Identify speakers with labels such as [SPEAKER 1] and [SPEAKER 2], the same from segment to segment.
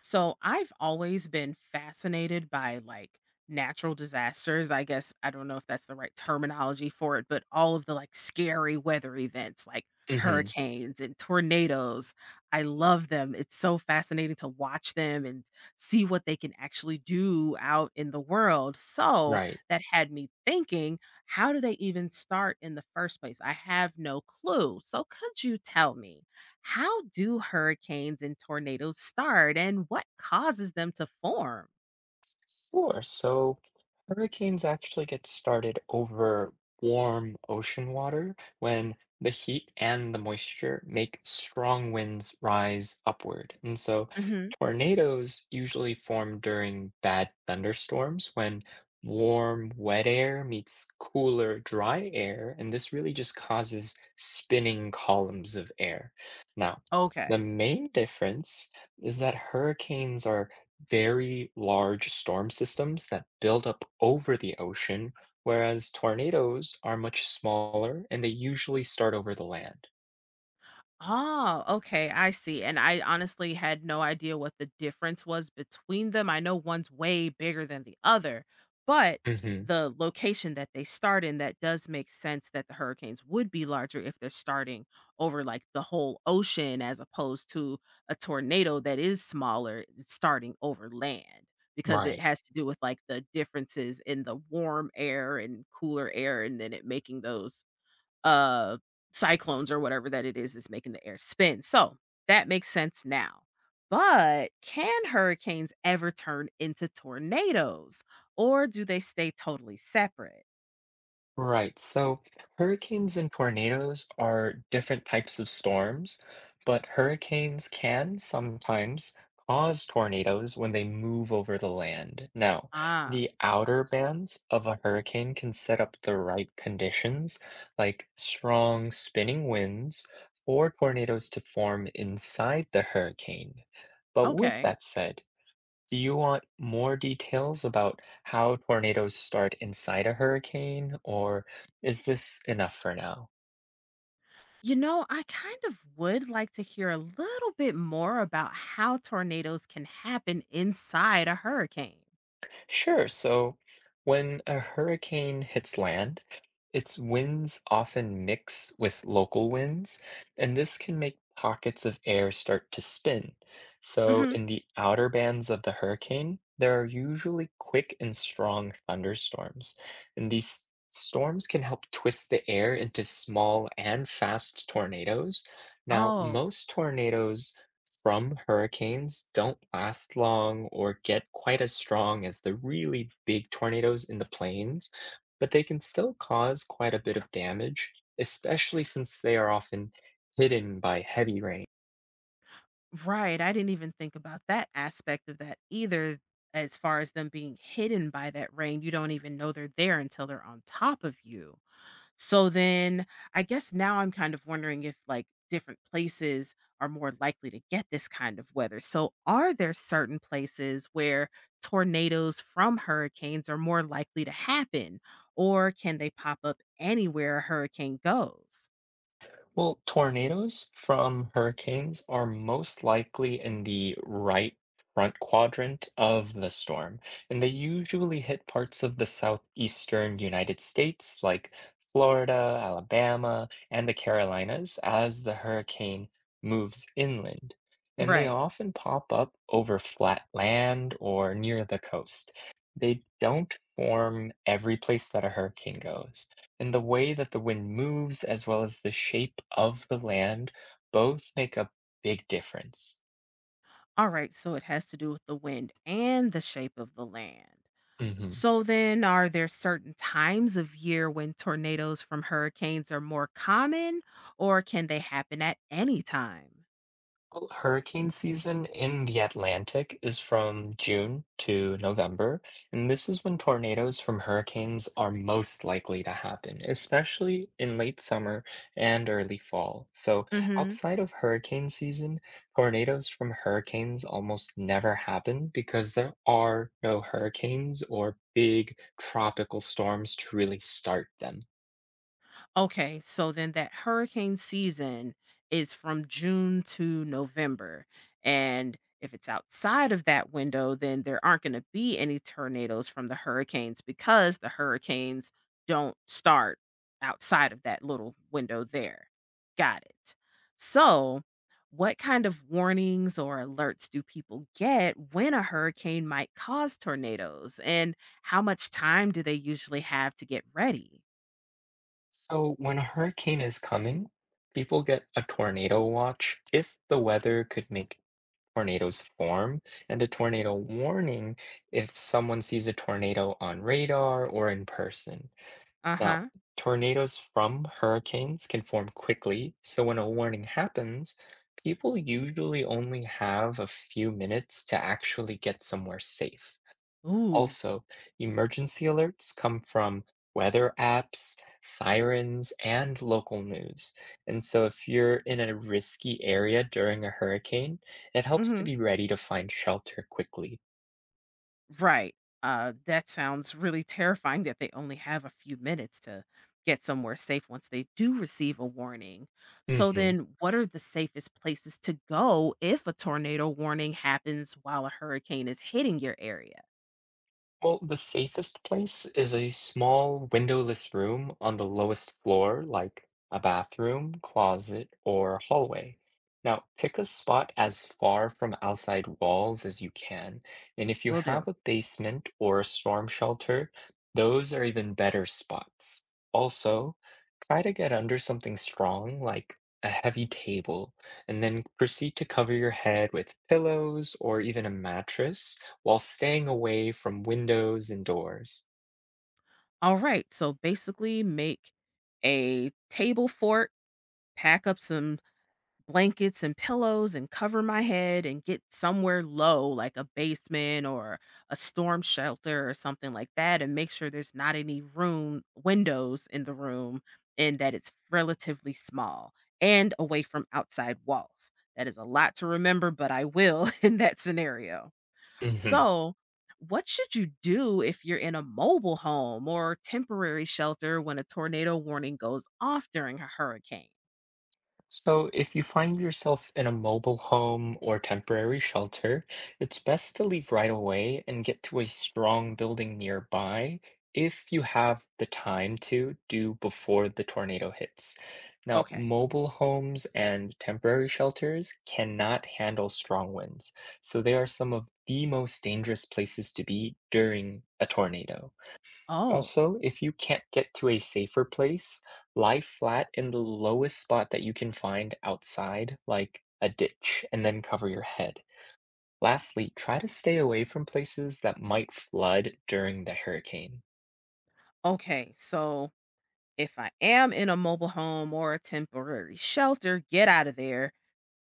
[SPEAKER 1] So I've always been fascinated by like natural disasters. I guess I don't know if that's the right terminology for it, but all of the like scary weather events like
[SPEAKER 2] Hmm.
[SPEAKER 1] hurricanes and tornadoes. I love them. It's so fascinating to watch them and see what they can actually do out in the world. So
[SPEAKER 2] Right.
[SPEAKER 1] that had me thinking, how do they even start in the first place? I have no clue. So could you tell me? How do hurricanes and tornadoes start and what causes them to form?
[SPEAKER 2] Sure. So hurricanes actually get started over warm ocean water when the heat and the moisture make strong winds rise upward. And so
[SPEAKER 1] Hmm.
[SPEAKER 2] tornadoes usually form during bad thunderstorms when warm, wet air meets cooler, dry air. And this really just causes spinning columns of air. Now, the
[SPEAKER 1] Okay.
[SPEAKER 2] main difference is that hurricanes are very large storm systems that build up over the ocean, whereas tornadoes are much smaller and they usually start over the land.
[SPEAKER 1] Oh, okay, I see. And I honestly had no idea what the difference was between them. I know one's way bigger than the other, but
[SPEAKER 2] Hmm.
[SPEAKER 1] the location that they start in that does make sense that the hurricanes would be larger if they're starting over like the whole ocean as opposed to a tornado that is smaller starting over land because it
[SPEAKER 2] Right.
[SPEAKER 1] has to do with like the differences in the warm air and cooler air and then it making those uh cyclones or whatever that it is that's making the air spin. So that makes sense now. But can hurricanes ever turn into tornadoes or do they stay totally separate?
[SPEAKER 2] Right. So hurricanes and tornadoes are different types of storms, but hurricanes can sometimes cause tornadoes when they move over the land. Now,
[SPEAKER 1] Ah,
[SPEAKER 2] the outer bands of a hurricane can set up the right conditions, like strong spinning winds, for tornadoes to form inside the hurricane. But with
[SPEAKER 1] okay.
[SPEAKER 2] that said, do you want more details about how tornadoes start inside a hurricane, or is this enough for now?
[SPEAKER 1] I kind of would like to hear a little bit more about how tornadoes can happen inside a hurricane.
[SPEAKER 2] Sure. So when a hurricane hits land, its winds often mix with local winds, and this can make pockets of air start to spin. So
[SPEAKER 1] Hmm.
[SPEAKER 2] in the outer bands of the hurricane, there are usually quick and strong thunderstorms, and these storms can help twist the air into small and fast tornadoes. Now,
[SPEAKER 1] Oh.
[SPEAKER 2] most tornadoes from hurricanes don't last long or get quite as strong as the really big tornadoes in the plains, but they can still cause quite a bit of damage, especially since they are often hidden by heavy rain.
[SPEAKER 1] Right. I didn't even think about that aspect of that either, as far as them being hidden by that rain. You don't even know they're there until they're on top of you. So then I guess now I'm kind of wondering if like different places are more likely to get this kind of weather. So are there certain places where tornadoes from hurricanes are more likely to happen? Or can they pop up anywhere a hurricane goes?
[SPEAKER 2] Well, tornadoes from hurricanes are most likely in the right front quadrant of the storm, and they usually hit parts of the southeastern United States like Florida, Alabama, and the Carolinas as the hurricane moves inland. And they
[SPEAKER 1] Right.
[SPEAKER 2] often pop up over flat land or near the coast. They don't form every place that a hurricane goes. And the way that the wind moves, as well as the shape of the land, both make a big difference.
[SPEAKER 1] All right, so it has to do with the wind and the shape of the land.
[SPEAKER 2] Mhm.
[SPEAKER 1] So then, are there certain times of year when tornadoes from hurricanes are more common, or can they happen at any time?
[SPEAKER 2] Well, hurricane season in the Atlantic is from June to November, and this is when tornadoes from hurricanes are most likely to happen, especially in late summer and early fall. So,
[SPEAKER 1] Mhm.
[SPEAKER 2] outside of hurricane season, tornadoes from hurricanes almost never happen because there are no hurricanes or big tropical storms to really start them.
[SPEAKER 1] Okay, so then that hurricane season is from June to November. And if it's outside of that window, then there aren't going to be any tornadoes from the hurricanes because the hurricanes don't start outside of that little window there. Got it. So, what kind of warnings or alerts do people get when a hurricane might cause tornadoes? And how much time do they usually have to get ready?
[SPEAKER 2] So, when a hurricane is coming, people get a tornado watch if the weather could make tornadoes form, and a tornado warning if someone sees a tornado on radar or in person.
[SPEAKER 1] Uh
[SPEAKER 2] Now,
[SPEAKER 1] huh.
[SPEAKER 2] tornadoes from hurricanes can form quickly, so when a warning happens, people usually only have a few minutes to actually get somewhere safe.
[SPEAKER 1] Ooh.
[SPEAKER 2] Also, emergency alerts come from weather apps, sirens, and local news. And so, if you're in a risky area during a hurricane, it helps to
[SPEAKER 1] Hmm.
[SPEAKER 2] be ready to find shelter quickly.
[SPEAKER 1] Right. That sounds really terrifying that they only have a few minutes to get somewhere safe once they do receive a warning. So,
[SPEAKER 2] Mhm.
[SPEAKER 1] then what are the safest places to go if a tornado warning happens while a hurricane is hitting your area?
[SPEAKER 2] Well, the safest place is a small windowless room on the lowest floor, like a bathroom, closet, or hallway. Now, pick a spot as far from outside walls as you can. And if you
[SPEAKER 1] Will do.
[SPEAKER 2] have a basement or a storm shelter, those are even better spots. Also, try to get under something strong, like a heavy table, and then proceed to cover your head with pillows or even a mattress while staying away from windows and doors.
[SPEAKER 1] All right. So, basically, make a table fort, pack up some blankets and pillows and cover my head and get somewhere low, like a basement or a storm shelter or something like that, and make sure there's not any room windows in the room and that it's relatively small and away from outside walls. That is a lot to remember, but I will in that scenario.
[SPEAKER 2] Hmm.
[SPEAKER 1] So, what should you do if you're in a mobile home or temporary shelter when a tornado warning goes off during a hurricane?
[SPEAKER 2] So, if you find yourself in a mobile home or temporary shelter, it's best to leave right away and get to a strong building nearby if you have the time to do before the tornado hits. Now,
[SPEAKER 1] Okay.
[SPEAKER 2] mobile homes and temporary shelters cannot handle strong winds, so they are some of the most dangerous places to be during a tornado.
[SPEAKER 1] Oh.
[SPEAKER 2] Also, if you can't get to a safer place, lie flat in the lowest spot that you can find outside, like a ditch, and then cover your head. Lastly, try to stay away from places that might flood during the hurricane.
[SPEAKER 1] Okay, so if I am in a mobile home or a temporary shelter, get out of there,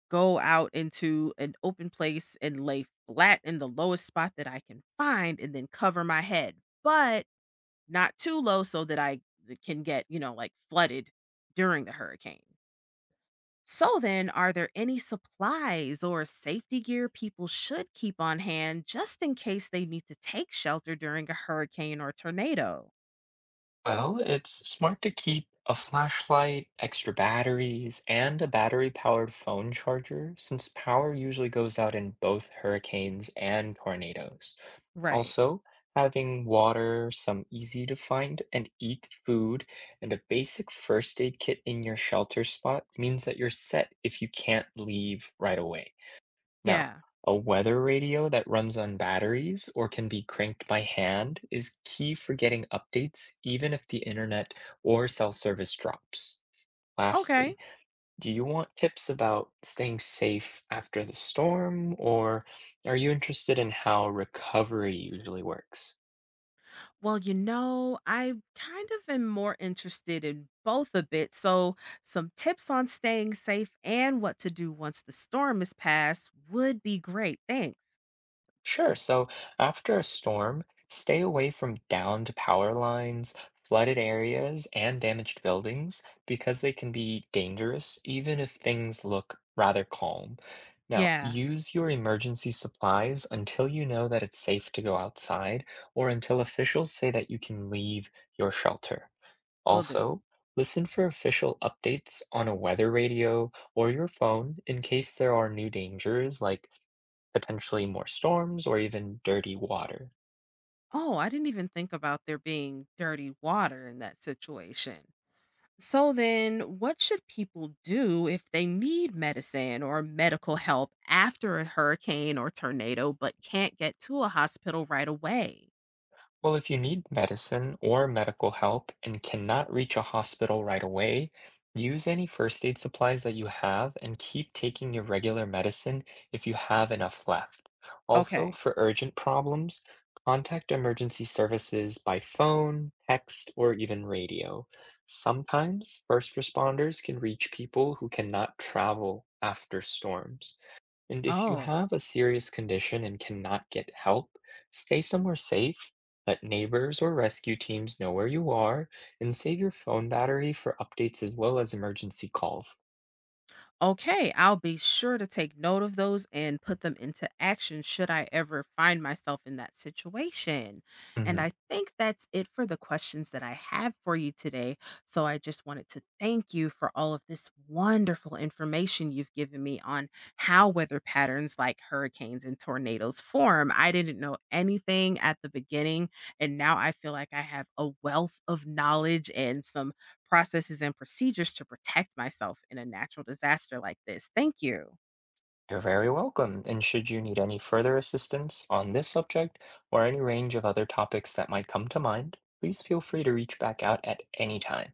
[SPEAKER 1] go out into an open place and lay flat in the lowest spot that I can find and then cover my head, but not too low so that I can get, like flooded during the hurricane. So then, are there any supplies or safety gear people should keep on hand just in case they need to take shelter during a hurricane or tornado?
[SPEAKER 2] Well, it's smart to keep a flashlight, extra batteries, and a battery-powered phone charger since power usually goes out in both hurricanes and tornadoes.
[SPEAKER 1] Right.
[SPEAKER 2] Also, having water, some easy to find and eat food, and a basic first aid kit in your shelter spot means that you're set if you can't leave right away. Now,
[SPEAKER 1] Yeah.
[SPEAKER 2] a weather radio that runs on batteries or can be cranked by hand is key for getting updates even if the internet or cell service drops.
[SPEAKER 1] Okay.
[SPEAKER 2] Lastly, do you want tips about staying safe after the storm, or are you interested in how recovery usually works?
[SPEAKER 1] Well, I kind of am more interested in both a bit. So, some tips on staying safe and what to do once the storm is past would be great. Thanks.
[SPEAKER 2] Sure. So after a storm, stay away from downed power lines, flooded areas, and damaged buildings because they can be dangerous, even if things look rather calm. Now,
[SPEAKER 1] Yeah,
[SPEAKER 2] use your emergency supplies until you know that it's safe to go outside or until officials say that you can leave your shelter.
[SPEAKER 1] will do.
[SPEAKER 2] Also, listen for official updates on a weather radio or your phone in case there are new dangers like potentially more storms or even dirty water.
[SPEAKER 1] Oh, I didn't even think about there being dirty water in that situation. So, then what should people do if they need medicine or medical help after a hurricane or tornado but can't get to a hospital right away?
[SPEAKER 2] Well, if you need medicine or medical help and cannot reach a hospital right away, use any first aid supplies that you have and keep taking your regular medicine if you have enough left. Also,
[SPEAKER 1] Okay.
[SPEAKER 2] for urgent problems, contact emergency services by phone, text, or even radio. Sometimes first responders can reach people who cannot travel after storms. And if you
[SPEAKER 1] Oh.
[SPEAKER 2] have a serious condition and cannot get help, stay somewhere safe, let neighbors or rescue teams know where you are, and save your phone battery for updates as well as emergency calls.
[SPEAKER 1] Okay, I'll be sure to take note of those and put them into action should I ever find myself in that situation. And
[SPEAKER 2] Hmm.
[SPEAKER 1] I think that's it for the questions that I have for you today. So I just wanted to thank you for all of this wonderful information you've given me on how weather patterns like hurricanes and tornadoes form. I didn't know anything at the beginning, and now I feel like I have a wealth of knowledge and some processes and procedures to protect myself in a natural disaster like this. Thank you.
[SPEAKER 2] You're very welcome. And should you need any further assistance on this subject or any range of other topics that might come to mind, please feel free to reach back out at any time.